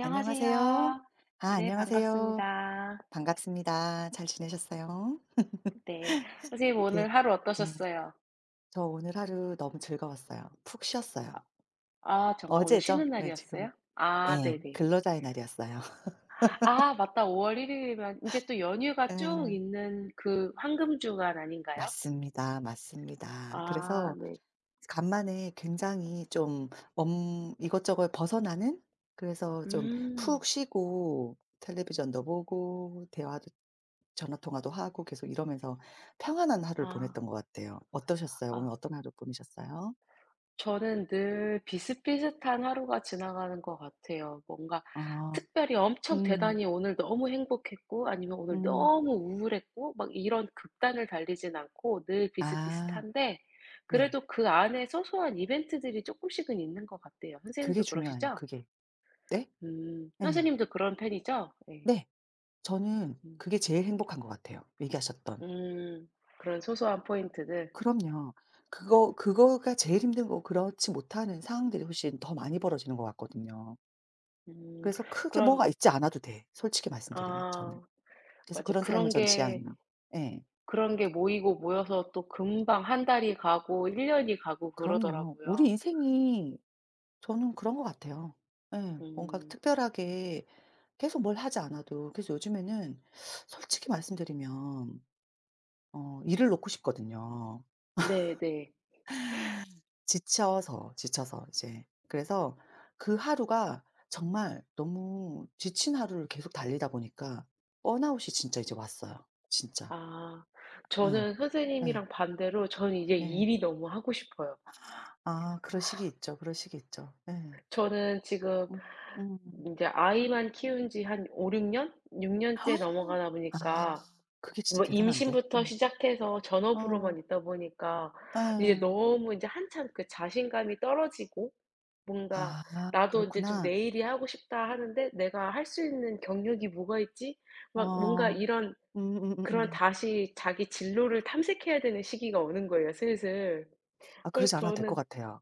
안녕하세요. 아 네, 안녕하세요. 반갑습니다. 반갑습니다. 잘 지내셨어요? 네. 선생님, 그 오늘 하루 네. 어떠셨어요? 저 오늘 하루 너무 즐거웠어요. 푹 쉬었어요. 아 정말 오늘 어제죠? 쉬는 네 지금 날이었어요? 아, 예. 네네. 근로자의 날이었어요. 아, 맞다. 5월 1 일이면 이제 또 연휴가 쭉 예. 있는 그 황금 주간 아닌가요? 맞습니다, 맞습니다. 아, 그래서 네. 간만에 굉장히 좀 엄 이것저것 벗어나는 그래서 좀 음. 푹 쉬고 텔레비전도 보고 대화도 전화 통화도 하고 계속 이러면서 평안한 하루를 아. 보냈던 것 같아요. 어떠셨어요? 오늘 아. 어떤 하루 보내셨어요? 저는 늘 비슷비슷한 하루가 지나가는 것 같아요. 뭔가 아. 특별히 엄청 음. 대단히 오늘 너무 행복했고 아니면 오늘 음. 너무 우울했고 막 이런 극단을 달리진 않고 늘 아. 비슷비슷한데, 네. 그래도 그 안에 소소한 이벤트들이 조금씩은 있는 것 같아요. 그게 선생님도 중요해요, 그러시죠? 그게. 네? 음. 예. 선생님도 그런 편이죠? 예. 네. 저는 음. 그게 제일 행복한 것 같아요, 얘기하셨던. 음. 그런 소소한 포인트들. 그럼요. 그거 그거가 제일 힘든 거고 그렇지 못하는 상황들이 훨씬 더 많이 벌어지는 것 같거든요. 음. 그래서 크게 그럼. 뭐가 있지 않아도 돼, 솔직히 말씀드리면 저는. 아 그래서 맞아. 그런 삶을 그런 전 게. 지향해요. 예. 그런 게 모이고 모여서 또 금방 한 달이 가고 1 년이 가고 그럼요. 우리 그러더라고요. 인생이 저는 그런 것 같아요. 예. 뭔가 음. 특별하게 계속 뭘 하지 않아도 그래서 요즘에는 솔직히 말씀드리면 어 일을 놓고 싶거든요. 네네. 지쳐서, 지쳐서 이제. 그래서 그 하루가 정말 너무 지친 하루를 계속 달리다 보니까 번아웃이 진짜 이제 왔어요. 진짜. 아. 예. 저는 예. 선생님이랑 반대로 저는 이제 네. 일이 너무 하고 싶어요. 아 그럴 시기 있죠. 그럴 시기 있죠. 예. 저는 지금 음. 음. 인제 아이만 키운 지 한 5-6 년? 6 년째 넘어가다 아 보니까 그게 진짜 뭐 대단한데. 임신부터 예. 시작해서 어. 전업으로만 있다 보니까 이제 예. 너무 인제 한참 그 자신감이 떨어지고 뭔가 아 '나도 인제 좀 그렇구나. 내 일이 하고 싶다.' 하는데 '내가 할 수 있는 경력이 뭐가 있지? 막 뭔가 어. 이런 음음음 그런 음 다시 자기 진로를 탐색해야 되는 시기가 오는 거예요, 슬슬. 아 그러지 그래서 않아도 될 것 저는. 같아요.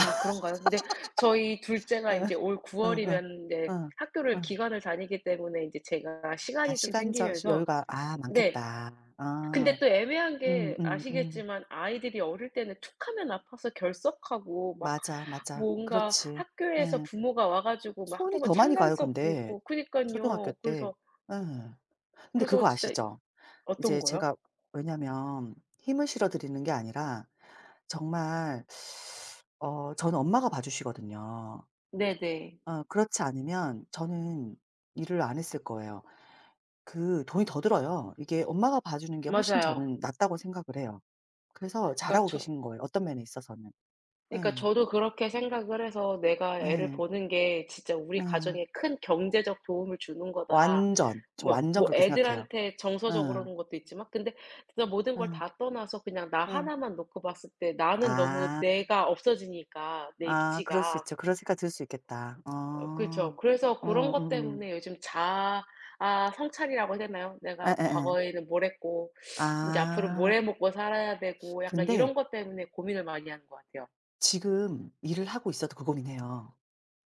아 그런가요? 근데 저희 둘째가 예. 인제 올 9 응응 월이면 인제 응 학교를 응 기간을 다니기 때문에 인제 제가 아 시간이 좀 시간적 생기면서 여유가 아 네. 많겠다. 근데 아. 또 애매한 음 게 음 음. 아시겠지만 아이들이 어릴 때는 툭하면 아파서 결석하고 막 맞아, 맞아. 뭔가 그렇지. 학교에서 예. 부모가 와 가지고 막 손이 학부모 더 많이 참관 가요 수업도 근데 있고 초등학교 그니깐요. 때. 그래서. 예. 근데 그래서 그거 진짜. 아시죠? 어떤 이제 거요? 제가 왜냐면 힘을 실어 드리는 게 아니라 정말 어 저는 엄마가 봐 주시거든요. 네네. 어 그렇지 않으면 저는 일을 안 했을 거예요. 그 돈이 더 들어요. 이게 엄마가 봐 주는 게 훨씬 맞아요. 저는 낫다고 생각을 해요. 그래서 그러니까 잘하고 저. 계신 거예요, 어떤 면에 있어서는. 그러니까 예. 저도 그렇게 생각을 해서 '내가 애를 예. 보는 게 진짜 우리 예. 가정에 큰 경제적 도움을 주는 거다.' 완전. 저 뭐 완전 뭐 그렇게 생각해요. 애들한테 정서적으로 예. 는 것도 있지만 근데 진짜 모든 걸 예. 다 떠나서 그냥 나 예. 하나만 놓고 봤을 때 나는 너무 아. 내가 없어지니까 내 아 그럴 수 입지가. 있죠. 그런 생각 들 수 있겠다. 어 어. 그죠. 그래서 어 그런 것 음음. 때문에 요즘 자아 성찰이라고 해야 되나요? 내가 예예예. 과거에는 뭘 했고 인제 앞으로 뭘 아. 해 먹고 살아야 되고 약간 근데 이런 것 때문에 고민을 많이 하는 것 같아요. 지금 일을 하고 있어도 그 고민해요.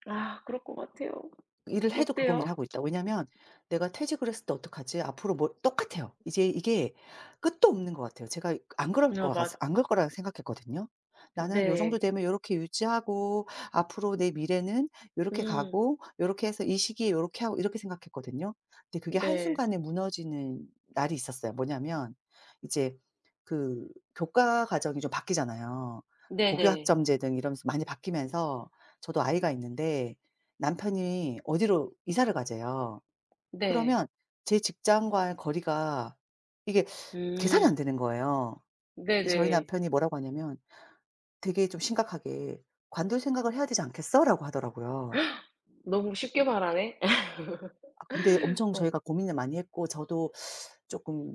아 그럴 것 같아요. 일을 해도 그 고민을 어때요? 하고 있다. 왜냐면 "내가 퇴직을 했을 때 어떡하지?" 앞으로 뭐 똑같아요. 이제 이게 끝도 없는 것 같아요. 제가 안 그럴 아 거 맞. 안 그럴 거라고 생각했거든요. "나는 요 정도 네. 되면 요렇게 유지하고 앞으로 내 미래는 요렇게 음. 가고 요렇게 해서 이 시기에 요렇게 하고." 이렇게 생각했거든요. 근데 그게 네. 한순간에 무너지는 날이 있었어요. 뭐냐면 이제 그 교과 과정이 좀 바뀌잖아요. 네네. 고교학점제 등 이러면서 많이 바뀌면서 저도 아이가 있는데 남편이 어디로 이사를 가재요. 네. 그러면 제 직장과의 거리가 이게 계산이 안 음. 되는 거예요. 근데 저희 네네. 남편이 뭐라고 하냐면 되게 좀 심각하게 "관둘 생각을 해야 되지 않겠어?"라고 하더라고요. 너무 쉽게 말하네. 아 근데 엄청 저희가 어. 고민을 많이 했고 저도 쪼끔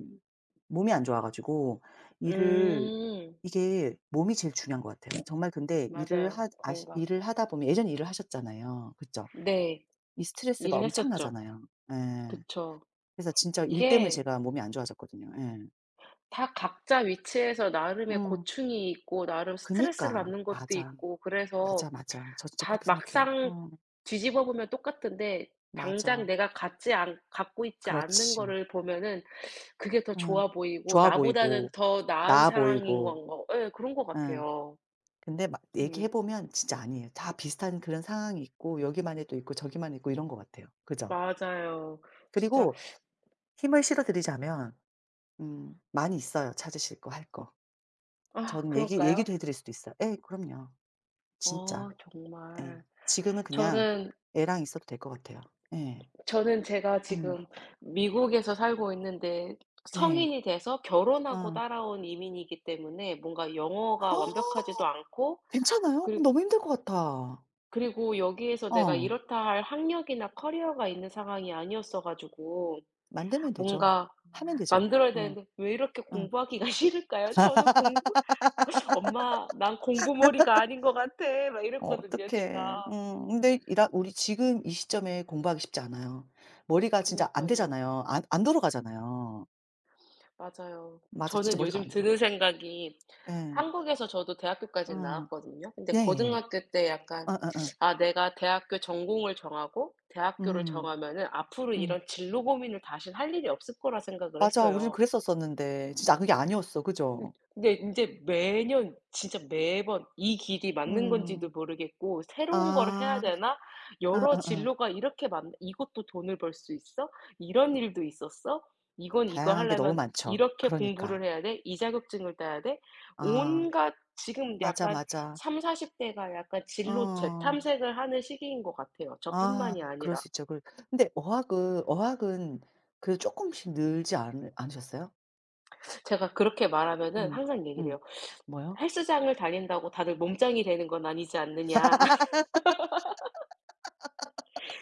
몸이 안 좋아 가지고 일을 음. 이게 몸이 제일 중요한 것 같아요. 정말 근데 일을 맞아요. 하 아시 건강. 일을 하다 보면 예전에 일을 하셨잖아요. 그죠? 네. 이 스트레스가 일을 했었죠. 엄청나잖아요. 예. 그쵸. 그래서 진짜 일 때문에 이게 제가 몸이 안 좋아졌거든요. 예. 다 각자 위치에서 나름의 음. 고충이 있고 나름 스트레스를 그니까. 받는 것도 맞아. 있고 그래서 맞아, 맞아. 저 진짜 다 그렇게 생각해요. 막상 음. 뒤집어 보면 똑같은데 당장 맞아. 내가 갖지 않 갖고 있지 않는 그렇지. 거를 보면은 그게 더 응, 좋아 보이고 좋아 나보다는 보이고 더 나은 나아 상황인 보이고. 건 거 예 그런 것 예. 같아요. 근데 막 얘기해 음. 보면 진짜 아니에요. 다 비슷한 그런 상황이 있고 여기만 해도 있고 저기만 있고 이런 것 같아요. 그죠? 맞아요. 진짜. 그리고 힘을 실어 드리자면 많이 있어요, 찾으실 거 할 거. 아 저는 얘기 그럴까요? 얘기도 해 드릴 수도 있어요. 예 그럼요. 어 진짜. 예. 정말. 지금은 그냥 저는. 애랑 있어도 될 것 같아요. 예. 저는 제가 음. 지금 미국에서 살고 있는데 네. 성인이 돼서 결혼하고 어. 따라온 이민이기 때문에 뭔가 영어가 완벽하지도 않고, 괜찮아요? 그리. 너무 힘들 것 같아. 그리고 여기에서 내가 어. 이렇다 할 학력이나 커리어가 있는 상황이 아니었어 가지고 만들면 되죠. 뭔가 하면 되죠. 만들어야 어. 되는데 왜 이렇게 어. 공부하기가 싫을까요? 저는 공부. "엄마, 난 공부머리가 아닌 것 같아." 막 이랬거든요 어떡해. 제가. 음. 근데 이라 우리 지금 이 시점에 공부하기 쉽지 않아요. 머리가 그니 진짜 까안 요 되잖아요. 안 돌아가잖아요. 맞아요. 맞아. 진짜 저는 머리가 요즘 안 들어. 드는 생각이 예. 한국에서 저도 대학교까지는 어. 나왔거든요. 근데 예예. 고등학교 때 약간 어어어. '아, 내가 대학교 전공을 정하고 대학교를 음. 정하면은 앞으로 음. 이런 진로 고민을 다신 할 일이 없을 거'라 생각을 맞아. 우리는 했어요. 그랬었었는데 진짜 아, 그게 아니었어. 음. 그죠? 근데 인제 매년 진짜 매번 이 길이 맞는 건지도 음. 모르겠고 '새로운 걸 해야 아. 되나? 여러 어어어. 진로가 이렇게 많. 이것도 돈을 벌 수 있어? 이런 일도 있었어? 이건 이거 다양한 게 너무 하려면 많죠. 이렇게 그러니까. 공부를 해야 돼? 이 자격증을 따야 돼?' 아. 온갖. 지금 맞아, 약간 맞아. 3사4 0 대가 약간 진로 어. 재탐색을 하는 시기인 것 같아요, 저뿐만이 아 그럴 아니라. 수 있죠. 그 근데 어학은 어학은 그 쪼끔씩 늘지 않으셨어요? 제가 그렇게 말하면은 음. 항상 얘기를 음. 해요. 뭐요? "헬스장을 다닌다고 다들 몸짱이 되는 건 아니지 않느냐."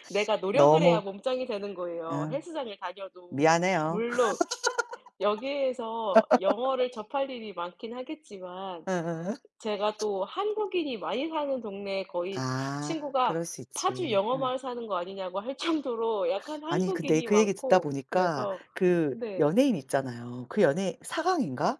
내가 노력을 해야 너무 몸짱이 되는 거예요. 아 헬스장을 다녀도. 미안해요. 물론 여기에서 영어를 접할 일이 많긴 하겠지만 어어. 제가 또 한국인이 많이 사는 동네에 거의 아 친구가 그럴 수 파주 있지. 어. 영어마을 사는 거 아니냐고 할 정도로 약간 아니 근데 한국인이 그 얘기 듣다 많고 보니까 그래서. 그 네. 연예인 있잖아요. 그 연예 사강인가?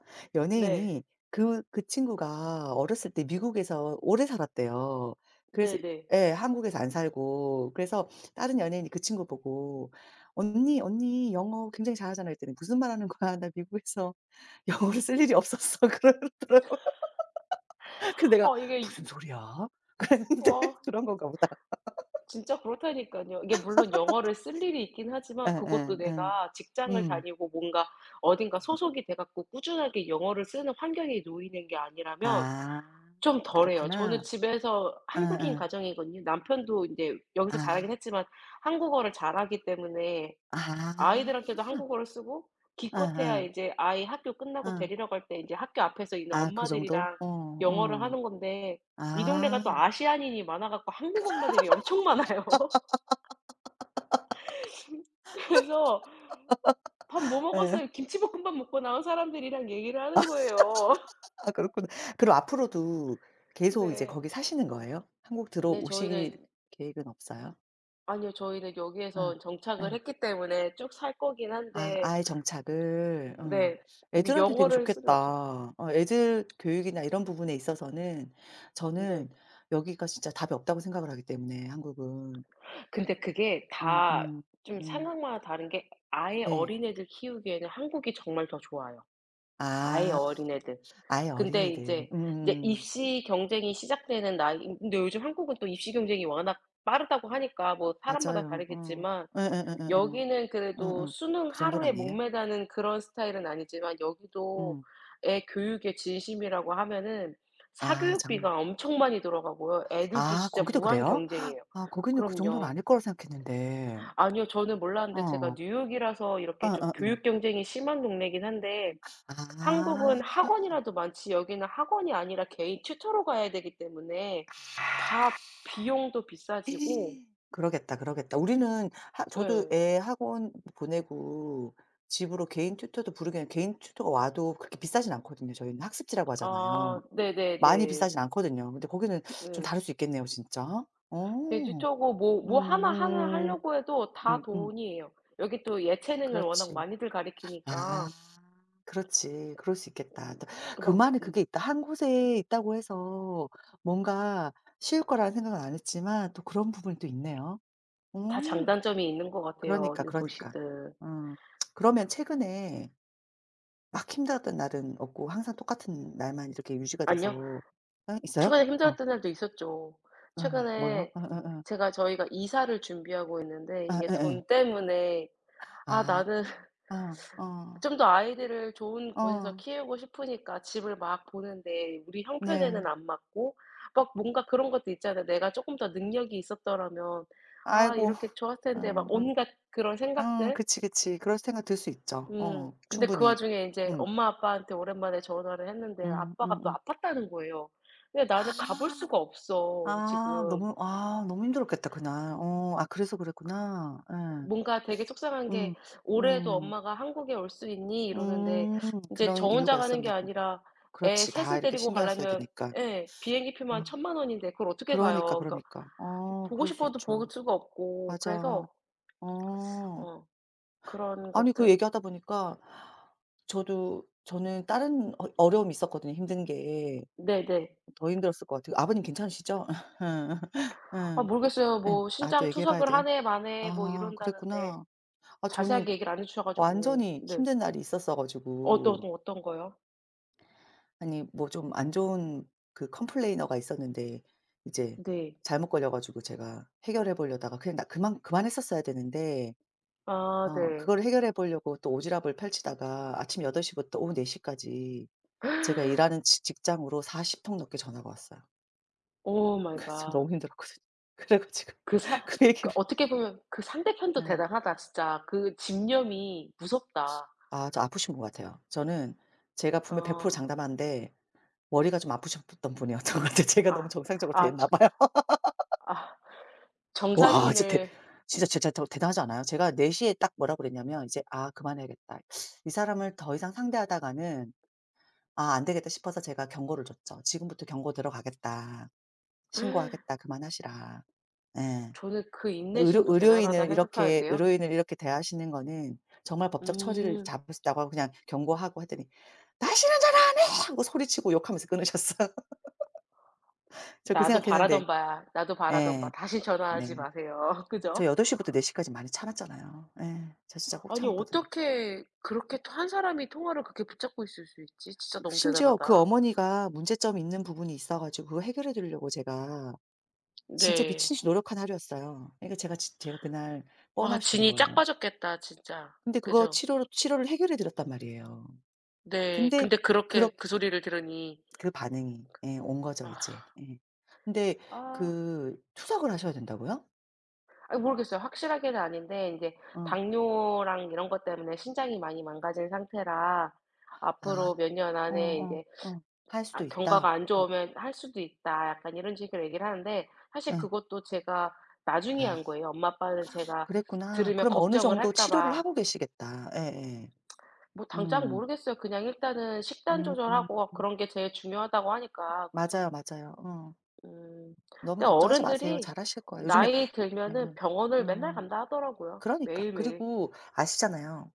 네. 연예인이 그 그 친구가 어렸을 때 미국에서 오래 살았대요. 그래서 네네. 예 한국에서 안 살고 그래서 다른 연예인이 그 친구 보고 "언니, 언니 영어 굉장히 잘하잖아." 그랬더니 "무슨 말 하는 거야. 나 미국에서 영어를 쓸 일이 없었어." 그러더라고요. 그래서 내가 어 이게. "무슨 소리야?" 어 그랬는데 그런 건가 보다. 진짜 그렇다니까요. 이게 물론 영어를 쓸 일이 있긴 하지만 그것도 예예예. 내가 직장을 음. 다니고 뭔가 어딘가 소속이 돼 갖고 꾸준하게 영어를 쓰는 환경에 놓이는 게 아니라면 아 좀 덜해요. 저는 그렇구나. 집에서 한국인 응응. 가정이거든요. 남편도 인제 여기서 자라긴 아. 했지만 한국어를 잘하기 때문에 아. 아이들한테도 한국어를 쓰고 기껏해야 응응응. 이제 아이 학교 끝나고 데리러 갈 때 인제 학교 앞에서 있는 아 그 정도? 엄마들이랑 어 영어를 어. 하는 건데 이 동네가 아 또 아시아인이 많아 갖고 한국 엄마들이 엄청 많아요. 그래서 "밥 뭐 예. 먹었어요?" 김치볶음밥 먹고 나온 사람들이랑 얘기를 하는 거예요. 아 그렇구나. 그럼 앞으로도 계속 이제 네. 거기 사시는 거예요? 한국 네 들어오실 저희는. 계획은 없어요? 아니요. 저희는 응. 여기에서 정착을 예. 했기 때문에 쭉 살 거긴 아 한데. 아예 정착을. 응. 네. 뭐 애들한테 되게 영어를 쓸 수가 없어요. 좋겠다. 어 애들 교육이나 이런 부분에 있어서는 네. 저는 여기가 진짜 답이 없다고 생각을 하기 때문에 한국은. 근데 그게 음 다 음 좀 음 상황마다 다른 게 아예 네. 어린애들 키우기에는 한국이 정말 더 좋아요, 아예 아 어린애들. 아예 근데 어린애들. 인제 이제 입시 경쟁이 시작되는 나이, 근데 요즘 한국은 또 입시 경쟁이 워낙 빠르다고 하니까 뭐 사람마다 맞아요. 어. 다르겠지만 응 응응응응 여기는 응 그래도 응. 수능 그 정도는 하루에 아니에요? 목매다는 그런 스타일은 아니지만 여기도 응애 교육에 진심이라고 하면은 아 장난 사교육비가 엄청 많이 들어가고요. 애들도 아 진짜 거기도 무한 그래요? 경쟁이에요. 아 거기는 그 정도는 그럼요. 아닐 거라 생각했는데. 아니요. 저는 몰랐는데 제가 어. 뉴욕이라서 이렇게 좀 어어어. 교육 경쟁이 심한 동네긴 한데 아. 한국은 학원이라도 많지 여기는 학원이 아니라 개인 튜터로 가야 되기 때문에 다 비용도 비싸지고. 에이, 그러겠다, 그러겠다. 우리는 하 저도 예. 애 학원 보내고 집으로 개인 튜터도 부르긴 해요. 개인 튜터가 와도 그렇게 비싸진 않거든요. 저희는 학습지라고 하잖아요. 아 많이 네네네. 비싸진 않거든요. 근데 거기는 좀 네. 다를 수 있겠네요 진짜. 어. 돼지초고 뭐 뭐 하나하나 음음. 하려고 해도 다 음음. 돈이에요. 여기 또 예체능을 워낙 그렇지. 많이들 아 가리키니까 그렇지. 그럴 수 있겠다. 또 그 막. 그만의 음. 그게 있다. 한 곳에 있다고 해서 뭔가 쉬울 거라는 생각은 안 했지만 또 그런 부분이 또 있네요. 어. 다 장단점이 있는 것 같아요, 그러니까, 이 그러니까. 도시들. 어. 그러면 최근에 막 힘들었던 날은 없고 항상 똑같은 날만 이렇게 유지가 아니요. 돼서 예 있어요? 최근에 어. 힘들었던 날도 있었죠. 예. 뭐요? 최근에. 어어어. 제가, 저희가 이사를 준비하고 있는데 아 이게 예예. 돈 때문에. '아 아. 나는 아. 어. 좀 더 아이들을 좋은 곳에서 어. 키우고 싶으니까 집을 막 보는데 우리 형편에는 네. 안 맞고 막 뭔가 그런 것도 있잖아요. '내가 쪼끔 더 능력이 있었더라면 아 아이고. 이렇게 좋았을 텐데.' 막 음 음. 온갖 그런 생각들. 그치, 그치. 그럴 생각 들 수 있죠. 음. 어. 근데 그 충분히. 와중에 인제 음. 엄마 아빠한테 오랜만에 전화를 했는데 음 아빠가 음 또 음. 아팠다는 거예요. 근데 나는 가볼 아 수가 없어 아, 지금. 너무 아 너무 힘들었겠다 그날. 어 아 그래서 그랬구나. 예. 뭔가 되게 속상한 게 음. "올해도 음. 엄마가 한국에 올 수 있니?" 이러는데 음. 인제 저 그런 혼자 이유가 가는 게 있었나 보 아니라 애 그렇지. 다 셋을 이렇게 데리고 신경을 써야 가려면 되니까. 예, 비행기표만 아. 천만 원인데 그걸 어떻게 그러니까, 가요. 그러니까 그러니까. 어 보고 그럴 수 싶어도 있죠. 볼 수가 없고 그래서 맞아. 어. 어 그런 아니 그 것들. 얘기하다 보니까 저도 저는 다른 어 어려움이 있었거든요, 힘든 게. 네네. 더 힘들었을 것 같아요. 아버님 괜찮으시죠? 아 예. 모르겠어요. 예. 뭐 아 또 "신장 얘기해 봐야 투석을 한 돼요? 해 만에 뭐 아 이런다는데." 그랬구나. 아 저는 자세하게 얘기를 안 해 주셔 가지고. 완전히 네. 힘든 날이 있었어 어떤 가지고 어떤 거요? 아니 뭐 좀 안 좋은 그 컴플레이너가 있었는데 이제 네. 잘못 걸려 가지고 제가 해결해 보려다가 그냥 나 그만했었어야 되는데 아 어 네. 그거를 해결해 보려고 또 오지랖을 펼치다가 아침 8 시부터 오후 4 시까지 제가 일하는 지 직장으로 40통 넘게 전화가 왔어요. 오 마이 그래서 갓. 너무 힘들었거든요. 그래 가지고 그 사. 그 그 얘기를 어떻게 보면 그 상대편도 예. 대단하다 진짜. 그 집념이 무섭다. 아 저 아프신 분 같아요. 저는 제가 분명 100% 어. 장담하는데 머리가 좀 아프셨던 분이었던 것 같아요. 제가 너무 아. 정상적으로 되아 었저. 나 봐요. 아. 와 진짜 대 정상인을. 진짜 진짜 저 대단하지 않아요? 제가 4 시에 딱 뭐라 그랬냐면 이제 "아 그만해야겠다. 이 사람을 더 이상 상대하다가는 아 안 되겠다." 싶어서 제가 경고를 줬죠. "지금부터 경고 들어가겠다. 신고하겠다. 그만하시라." 예. 저는 그 인내심도 대단하다 의료인을 이렇게 생각하는데요. 의료인을 이렇게 대하시는 거는 정말 법적 처리를 음. 잡을 수 있다고 하고 그냥 경고하고 했더니 "다시는 전화 안 해!" 하고 소리치고 욕하면서 끊으셨어요. 저 그 나도 생각했는데 바라던 바야. 나도 바라던 바. 예. 다시 전화하지 네. 마세요. 그죠? 저희 8시 부터 4시 까지 많이 참았잖아요. 예. 저 진짜 꼭 아니 참았거든요. 어떻게 그렇게 또 한 사람이 통화를 그렇게 붙잡고 있을 수 있지? 진짜 그 너무 심지어 그 대단하다. 어머니가 문제점이 있는 부분이 있어 가지고 그거 해결해 드리려고 제가 진짜 네. 미친 듯이 노력한 하루였어요. 그러니까 제가 그날 와 번아웃이 된 진이 거예요. 짝 빠졌겠다 진짜. 근데 그거 그죠? 치료로 치료를 해결해 드렸단 말이에요. 네. 근데 근데 그렇 그렇게 그 소리를 들으니. 그 반응이 예 온 거죠 아. 이제. 예. 근데 아. 그 투석을 하셔야 된다고요? 아 모르겠어요. 확실하게는 아닌데 이제 어. 당뇨랑 이런 것 때문에 신장이 많이 망가진 상태라 아. 앞으로 몇 년 안에 이 어어 제 어. 어. 할 아, 수도 있다. "경과가 안 어 좋으면 할 수도 있다." 약간 이런 식으로 얘기를 하는데 사실 응. 그것도 제가 나중에 아 한 거예요. 엄마 아빠는 제가 그랬구나. 들으면 그럼 어느 걱정을 정도 할까 치료를 봐 하고 계시겠다. 예예. 뭐. 당장 음. 모르겠어요. 그냥 일단은 식단 음. 음. 조절하고 그런 게 제일 중요하다고 하니까. 그래서 맞아요, 맞아요. 어. 음. 근데 너무 걱정하지 마세요. 어른들이 잘하실 거예요. 요즘에 나이 들면은 음. 병원을 맨날 음. 간다 하더라고요, 그러니까. 매일매일. 그리고 아시잖아요.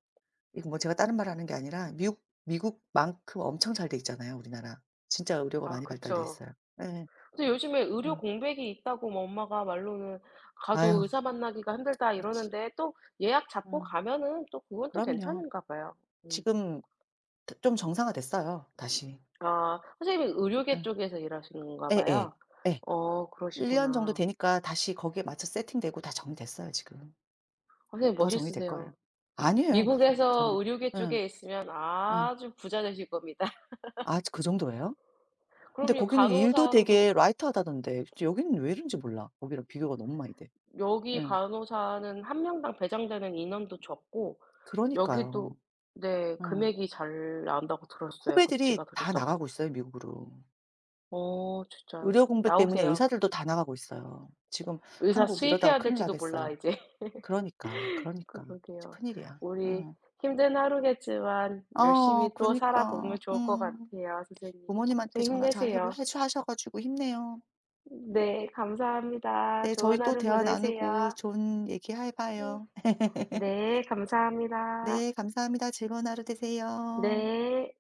이거 뭐 제가 다른 말하는 게 아니라 미국만큼 엄청 잘 돼 있잖아요, 우리나라. 진짜 의료가 아 많이 발달돼 그쵸. 있어요. 예. 근데 요즘에 의료 응. 공백이 있다고 뭐 엄마가 말로는 "가도 아유 의사 만나기가 힘들다." 그렇지. 이러는데 또 예약 잡고 응. 가면은 또 그건 또 그럼요. 괜찮은가 봐요. 음. 지금 좀 정상화됐어요, 다시. 아 선생님이 의료계 어. 쪽에서 일하시는가 예예. 봐요. 예. 어 1 년 정도 그러시구나. 되니까 다시 거기에 맞춰 세팅되고 다 정리됐어요, 지금. 선생님 더 정리될 거예요. 멋있으세요. 아니에요, 무슨 미국에서 전혀. 의료계 응, 쪽에 있으면 응. 아주 부자 되실 겁니다. 아 그 정도예요? 근데 그럼요. 거기는 일도 간호사로도. 되게 라이트하다던데. 여기는 왜 이런지 몰라. 거기랑 비교가 너무 많이 돼. 여기 응, 간호사는 한 명당 배정되는 인원도 적고 여기도 그러니까요. 네, 응. 금액이 잘 나온다고 들었어요, 후배들이 복지가 더 다 좋다고. 나가고 있어요 미국으로. 어 진짜. 의료 공백 때문에 나오세요. 의사들도 다 나가고 있어요. 지금 의사 한국 이러다가 수입해야 큰일 될지도 몰라 나겠어요. 이제. 그러니까, 그러니까. 진짜 그러게요. 큰일이야. 우리. 어. 힘든 하루겠지만 어 열심히 또 살아보면 그니까. 좋을 것 음. 같아요, 선생님. 진짜 부모님한테 전화 잘 해보 힘내세요. 해주 하셔 가지고 힘내요. 음. 네 감사합니다. 네 저희 좋은 또 하루 대화 나누고 보내세요. 좋은 얘기 해 봐요. 네 감사합니다. 네 감사합니다. 즐거운 하루 되세요. 네.